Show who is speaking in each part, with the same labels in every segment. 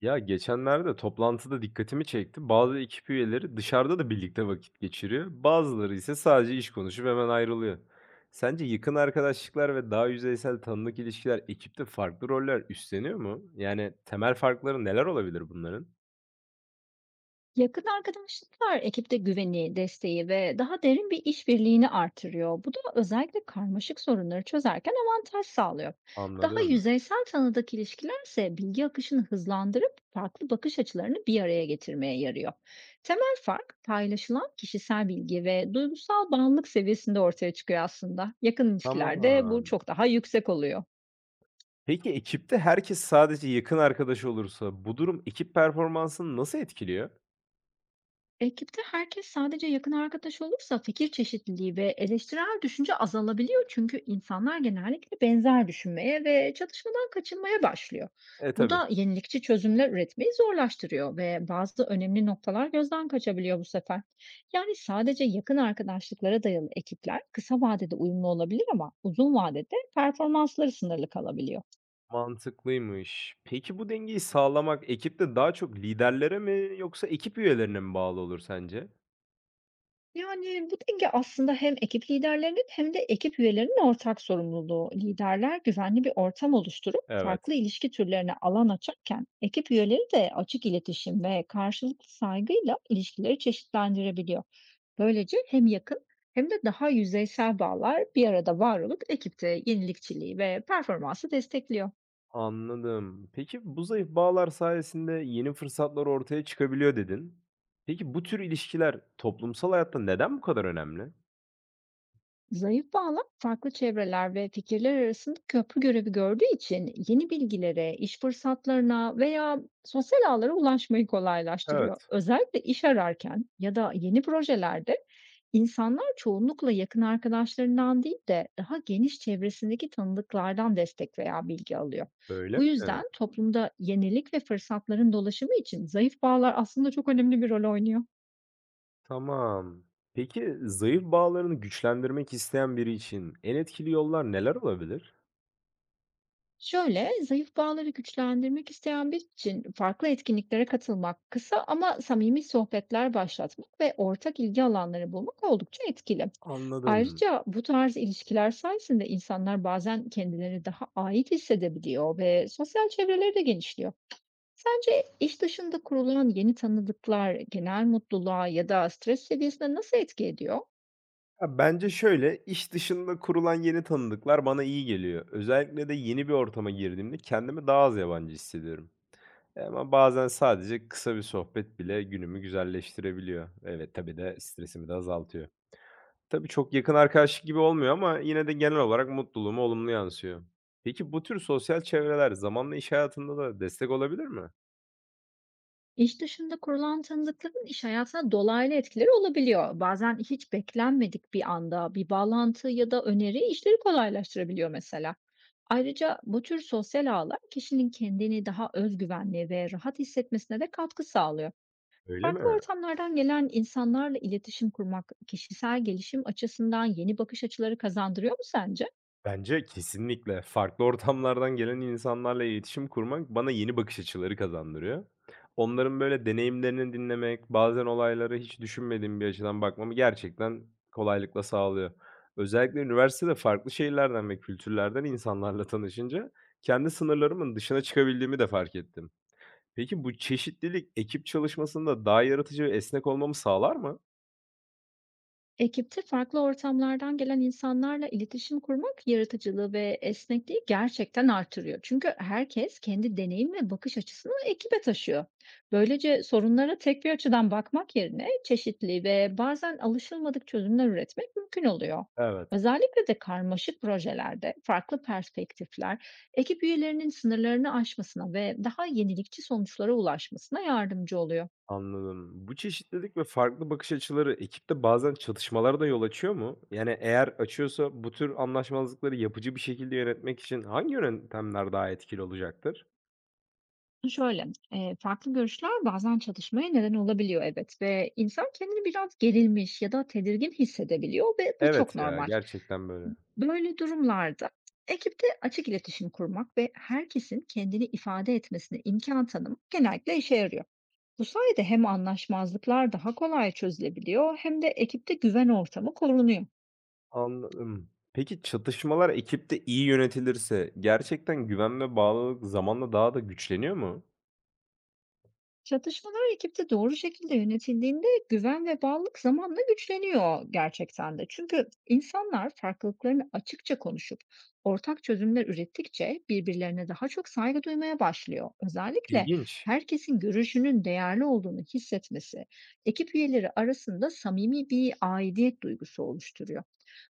Speaker 1: Ya, geçenlerde toplantıda dikkatimi çekti. Bazı ekip üyeleri dışarıda da birlikte vakit geçiriyor. Bazıları ise sadece iş konuşup hemen ayrılıyor. Sence yakın arkadaşlıklar ve daha yüzeysel tanıdık ilişkiler ekipte farklı roller üstleniyor mu? Yani temel farkları neler olabilir bunların?
Speaker 2: Yakın arkadaşlıklar ekipte güveni, desteği ve daha derin bir işbirliğini artırıyor. Bu da özellikle karmaşık sorunları çözerken avantaj sağlıyor. Daha
Speaker 1: Anladım.
Speaker 2: yüzeysel tanıdık ilişkilerse bilgi akışını hızlandırıp farklı bakış açılarını bir araya getirmeye yarıyor. Temel fark paylaşılan kişisel bilgi ve duygusal bağımlılık seviyesinde ortaya çıkıyor aslında. Yakın ilişkilerde bu
Speaker 1: Tamam.
Speaker 2: çok daha yüksek oluyor.
Speaker 1: Peki ekipte herkes sadece yakın arkadaş olursa bu durum ekip performansını nasıl etkiliyor?
Speaker 2: Ekipte herkes sadece yakın arkadaş olursa fikir çeşitliliği ve eleştirel düşünce azalabiliyor, çünkü insanlar genellikle benzer düşünmeye ve çatışmadan kaçınmaya başlıyor.
Speaker 1: E,
Speaker 2: Bu
Speaker 1: tabii.
Speaker 2: da yenilikçi çözümler üretmeyi zorlaştırıyor ve bazı önemli noktalar gözden kaçabiliyor bu sefer. Yani sadece yakın arkadaşlıklara dayalı ekipler kısa vadede uyumlu olabilir, ama uzun vadede performansları sınırlı kalabiliyor.
Speaker 1: Mantıklıymış. Peki bu dengeyi sağlamak ekipte daha çok liderlere mi yoksa ekip üyelerine mi bağlı olur sence?
Speaker 2: Yani, bu denge aslında hem ekip liderlerinin hem de ekip üyelerinin ortak sorumluluğu. Liderler güvenli bir ortam oluşturup
Speaker 1: Evet.
Speaker 2: farklı ilişki türlerine alan açarken, ekip üyeleri de açık iletişim ve karşılıklı saygıyla ilişkileri çeşitlendirebiliyor. Böylece hem yakın hem de daha yüzeysel bağlar bir arada var olup ekipte yenilikçiliği ve performansı destekliyor.
Speaker 1: Anladım. Peki bu zayıf bağlar sayesinde yeni fırsatlar ortaya çıkabiliyor dedin. Peki bu tür ilişkiler toplumsal hayatta neden bu kadar önemli?
Speaker 2: Zayıf bağlar farklı çevreler ve fikirler arasında köprü görevi gördüğü için yeni bilgilere, iş fırsatlarına veya sosyal ağlara ulaşmayı kolaylaştırıyor.
Speaker 1: Evet.
Speaker 2: Özellikle iş ararken ya da yeni projelerde insanlar çoğunlukla yakın arkadaşlarından değil de daha geniş çevresindeki tanıdıklardan destek veya bilgi alıyor.
Speaker 1: Öyle
Speaker 2: Bu
Speaker 1: mi?
Speaker 2: yüzden toplumda yenilik ve fırsatların dolaşımı için zayıf bağlar aslında çok önemli bir rol oynuyor.
Speaker 1: Tamam. Peki zayıf bağlarını güçlendirmek isteyen biri için en etkili yollar neler olabilir?
Speaker 2: Şöyle, zayıf bağları güçlendirmek isteyen bir için farklı etkinliklere katılmak, kısa ama samimi sohbetler başlatmak ve ortak ilgi alanları bulmak oldukça etkili.
Speaker 1: Anladım.
Speaker 2: Ayrıca bu tarz ilişkiler sayesinde insanlar bazen kendileri daha ait hissedebiliyor ve sosyal çevreleri de genişliyor. Sence iş dışında kurulan yeni tanıdıklar genel mutluluğa ya da stres seviyesine nasıl etki ediyor?
Speaker 1: Ya, bence şöyle, iş dışında kurulan yeni tanıdıklar bana iyi geliyor. Özellikle de yeni bir ortama girdiğimde kendimi daha az yabancı hissediyorum. E, ama bazen sadece kısa bir sohbet bile günümü güzelleştirebiliyor. Evet, tabii de stresimi de azaltıyor. Tabii çok yakın arkadaşlık gibi olmuyor ama yine de genel olarak mutluluğuma olumlu yansıyor. Peki bu tür sosyal çevreler zamanla iş hayatında da destek olabilir mi?
Speaker 2: İş dışında kurulan tanıdıkların iş hayatına dolaylı etkileri olabiliyor. Bazen hiç beklenmedik bir anda bir bağlantı ya da öneri işleri kolaylaştırabiliyor mesela. Ayrıca bu tür sosyal ağlar kişinin kendini daha özgüvenli ve rahat hissetmesine de katkı sağlıyor.
Speaker 1: Öyle
Speaker 2: Farklı
Speaker 1: mi?
Speaker 2: ortamlardan gelen insanlarla iletişim kurmak kişisel gelişim açısından yeni bakış açıları kazandırıyor mu sence?
Speaker 1: Bence kesinlikle. Farklı ortamlardan gelen insanlarla iletişim kurmak bana yeni bakış açıları kazandırıyor. Onların böyle deneyimlerini dinlemek, bazen olaylara hiç düşünmediğim bir açıdan bakmamı gerçekten kolaylıkla sağlıyor. Özellikle üniversitede farklı şehirlerden ve kültürlerden insanlarla tanışınca kendi sınırlarımın dışına çıkabildiğimi de fark ettim. Peki bu çeşitlilik ekip çalışmasında daha yaratıcı ve esnek olmamı sağlar mı?
Speaker 2: Ekipte farklı ortamlardan gelen insanlarla iletişim kurmak yaratıcılığı ve esnekliği gerçekten artırıyor. Çünkü herkes kendi deneyim ve bakış açısını ekibe taşıyor. Böylece sorunlara tek bir açıdan bakmak yerine çeşitli ve bazen alışılmadık çözümler üretmek mümkün oluyor.
Speaker 1: Evet.
Speaker 2: Özellikle de karmaşık projelerde farklı perspektifler ekip üyelerinin sınırlarını aşmasına ve daha yenilikçi sonuçlara ulaşmasına yardımcı oluyor.
Speaker 1: Anladım. Bu çeşitlilik ve farklı bakış açıları ekipte bazen çatışmalara da yol açıyor mu? Yani eğer açıyorsa bu tür anlaşmazlıkları yapıcı bir şekilde yönetmek için hangi yöntemler daha etkili olacaktır?
Speaker 2: Şöyle, farklı görüşler bazen çatışmaya neden olabiliyor, evet, ve insan kendini biraz gerilmiş ya da tedirgin hissedebiliyor ve bu çok
Speaker 1: Evet ya,
Speaker 2: normal.
Speaker 1: gerçekten böyle.
Speaker 2: Böyle durumlarda ekipte açık iletişim kurmak ve herkesin kendini ifade etmesine imkan tanımak genellikle işe yarıyor. Bu sayede hem anlaşmazlıklar daha kolay çözülebiliyor hem de ekipte güven ortamı korunuyor.
Speaker 1: Anladım. Peki çatışmalar ekipte iyi yönetilirse gerçekten güven ve bağlılık zamanla daha da güçleniyor mu?
Speaker 2: Çatışmalar ekipte doğru şekilde yönetildiğinde güven ve bağlılık zamanla güçleniyor gerçekten de. Çünkü insanlar farklılıklarını açıkça konuşup ortak çözümler ürettikçe birbirlerine daha çok saygı duymaya başlıyor. Özellikle
Speaker 1: İlginç.
Speaker 2: herkesin görüşünün değerli olduğunu hissetmesi ekip üyeleri arasında samimi bir aidiyet duygusu oluşturuyor.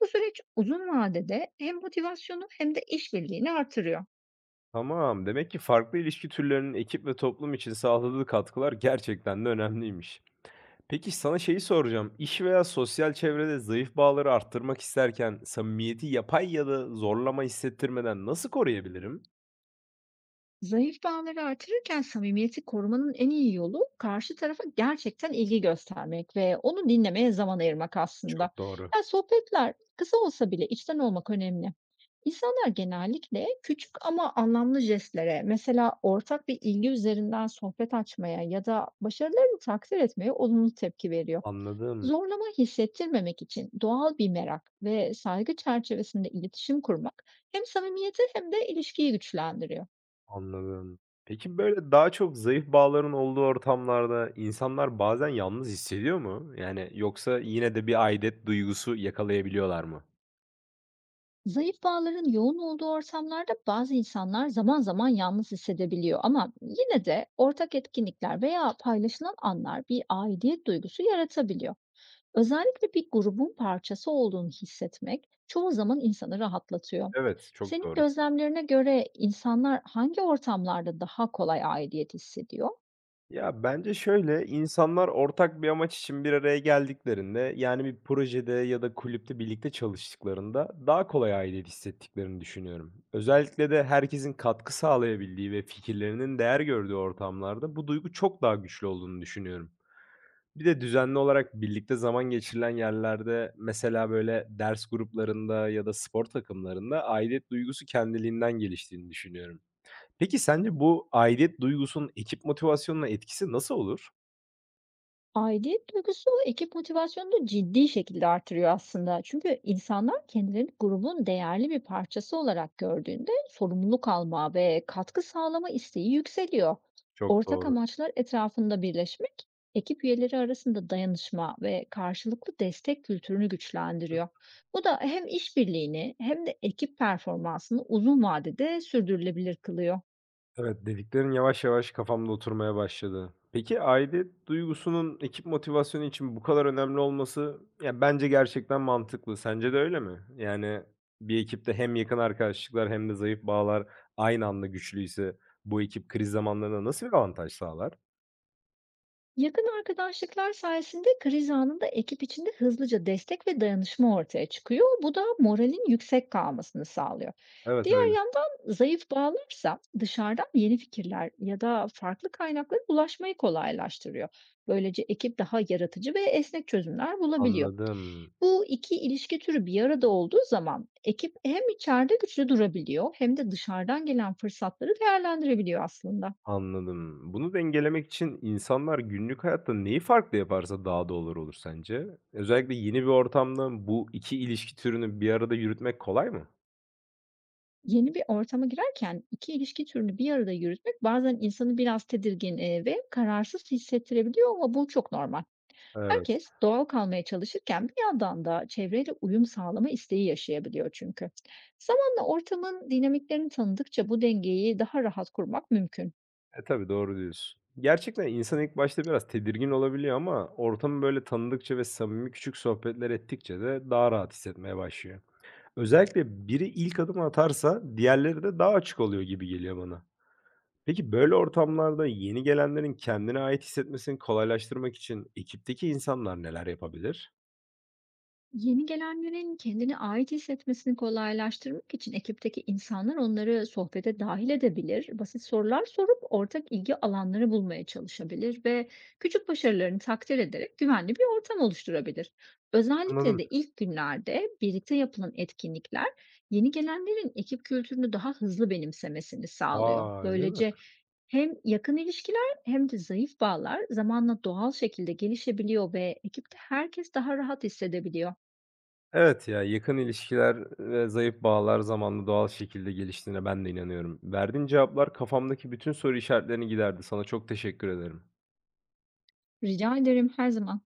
Speaker 2: Bu süreç uzun vadede hem motivasyonu hem de işbirliğini artırıyor.
Speaker 1: Tamam. Demek ki farklı ilişki türlerinin ekip ve toplum için sağladığı katkılar gerçekten de önemliymiş. Peki sana şeyi soracağım. İş veya sosyal çevrede zayıf bağları arttırmak isterken samimiyeti yapay ya da zorlama hissettirmeden nasıl koruyabilirim?
Speaker 2: Zayıf bağları artırırken samimiyeti korumanın en iyi yolu karşı tarafa gerçekten ilgi göstermek ve onu dinlemeye zaman ayırmak aslında.
Speaker 1: Çok doğru.
Speaker 2: Yani sohbetler kısa olsa bile içten olmak önemli. İnsanlar genellikle küçük ama anlamlı jestlere, mesela ortak bir ilgi üzerinden sohbet açmaya ya da başarılarını takdir etmeye olumlu tepki veriyor.
Speaker 1: Anladım,
Speaker 2: Zorlama hissettirmemek için doğal bir merak ve saygı çerçevesinde iletişim kurmak hem samimiyeti hem de ilişkiyi güçlendiriyor.
Speaker 1: anladım. Peki böyle daha çok zayıf bağların olduğu ortamlarda insanlar bazen yalnız hissediyor mu? Yani yoksa yine de bir aidet duygusu yakalayabiliyorlar mı?
Speaker 2: Zayıf bağların yoğun olduğu ortamlarda bazı insanlar zaman zaman yalnız hissedebiliyor, ama yine de ortak etkinlikler veya paylaşılan anlar bir aidiyet duygusu yaratabiliyor. Özellikle bir grubun parçası olduğunu hissetmek çoğu zaman insanı rahatlatıyor.
Speaker 1: Evet, çok
Speaker 2: Senin
Speaker 1: doğru.
Speaker 2: gözlemlerine göre insanlar hangi ortamlarda daha kolay aidiyet hissediyor?
Speaker 1: Ya, bence şöyle, insanlar ortak bir amaç için bir araya geldiklerinde, yani, bir projede ya da kulüpte birlikte çalıştıklarında daha kolay aidiyet hissettiklerini düşünüyorum. Özellikle de herkesin katkı sağlayabildiği ve fikirlerinin değer gördüğü ortamlarda bu duygu çok daha güçlü olduğunu düşünüyorum. Bir de düzenli olarak birlikte zaman geçirilen yerlerde, mesela, böyle, ders gruplarında ya da spor takımlarında aidiyet duygusu kendiliğinden geliştiğini düşünüyorum. Peki sence bu aidiyet duygusunun ekip motivasyonuna etkisi nasıl olur?
Speaker 2: Aidiyet duygusu ekip motivasyonunu ciddi şekilde artırıyor aslında. Çünkü insanlar kendilerini grubun değerli bir parçası olarak gördüğünde sorumluluk alma ve katkı sağlama isteği yükseliyor.
Speaker 1: Çok
Speaker 2: Ortak
Speaker 1: doğru.
Speaker 2: amaçlar etrafında birleşmek, ekip üyeleri arasında dayanışma ve karşılıklı destek kültürünü güçlendiriyor. Bu da hem işbirliğini hem de ekip performansını uzun vadede sürdürülebilir kılıyor.
Speaker 1: Evet, dediklerin yavaş yavaş kafamda oturmaya başladı. Peki aidiyet duygusunun ekip motivasyonu için bu kadar önemli olması ya bence gerçekten mantıklı. Sence de öyle mi? Yani bir ekipte hem yakın arkadaşlıklar hem de zayıf bağlar aynı anda güçlüyse bu ekip kriz zamanlarında nasıl bir avantaj sağlar?
Speaker 2: Yakın arkadaşlıklar sayesinde kriz anında ekip içinde hızlıca destek ve dayanışma ortaya çıkıyor. Bu da moralin yüksek kalmasını sağlıyor.
Speaker 1: Evet öyle.
Speaker 2: Diğer yandan zayıf bağlarsa dışarıdan yeni fikirler ya da farklı kaynaklara ulaşmayı kolaylaştırıyor. Böylece ekip daha yaratıcı ve esnek çözümler bulabiliyor.
Speaker 1: Anladım.
Speaker 2: Bu iki ilişki türü bir arada olduğu zaman ekip hem içeride güçlü durabiliyor hem de dışarıdan gelen fırsatları değerlendirebiliyor aslında.
Speaker 1: Anladım. Bunu dengelemek için insanlar günlük hayatta neyi farklı yaparsa daha doğru olur sence? Özellikle yeni bir ortamda bu 2 ilişki türünü bir arada yürütmek kolay mı?
Speaker 2: Yeni bir ortama girerken 2 ilişki türünü bir arada yürütmek bazen insanı biraz tedirgin, ve kararsız hissettirebiliyor, ama bu çok normal.
Speaker 1: Evet.
Speaker 2: Herkes doğal kalmaya çalışırken bir yandan da çevreyle uyum sağlama isteği yaşayabiliyor çünkü. Zamanla ortamın dinamiklerini tanıdıkça bu dengeyi daha rahat kurmak mümkün.
Speaker 1: E, tabii doğru diyorsun. Gerçekten insan ilk başta biraz tedirgin olabiliyor ama ortamı böyle tanıdıkça ve samimi küçük sohbetler ettikçe de daha rahat hissetmeye başlıyor. Özellikle biri ilk adımı atarsa diğerleri de daha açık oluyor gibi geliyor bana. Peki böyle ortamlarda yeni gelenlerin kendine ait hissetmesini kolaylaştırmak için ekipteki insanlar neler yapabilir?
Speaker 2: Yeni gelenlerin kendini ait hissetmesini kolaylaştırmak için ekipteki insanlar onları sohbete dahil edebilir, basit sorular sorup ortak ilgi alanları bulmaya çalışabilir ve küçük başarılarını takdir ederek güvenli bir ortam oluşturabilir. Özellikle
Speaker 1: Anladım.
Speaker 2: de ilk günlerde birlikte yapılan etkinlikler yeni gelenlerin ekip kültürünü daha hızlı benimsemesini sağlıyor.
Speaker 1: Aa öyle mi?
Speaker 2: Böylece hem yakın ilişkiler hem de zayıf bağlar zamanla doğal şekilde gelişebiliyor ve ekipte herkes daha rahat hissedebiliyor.
Speaker 1: Evet ya, yakın ilişkiler ve zayıf bağlar zamanla doğal şekilde geliştiğine ben de inanıyorum. Verdiğin cevaplar kafamdaki bütün soru işaretlerini giderdi. Sana çok teşekkür ederim.
Speaker 2: Rica ederim, her zaman.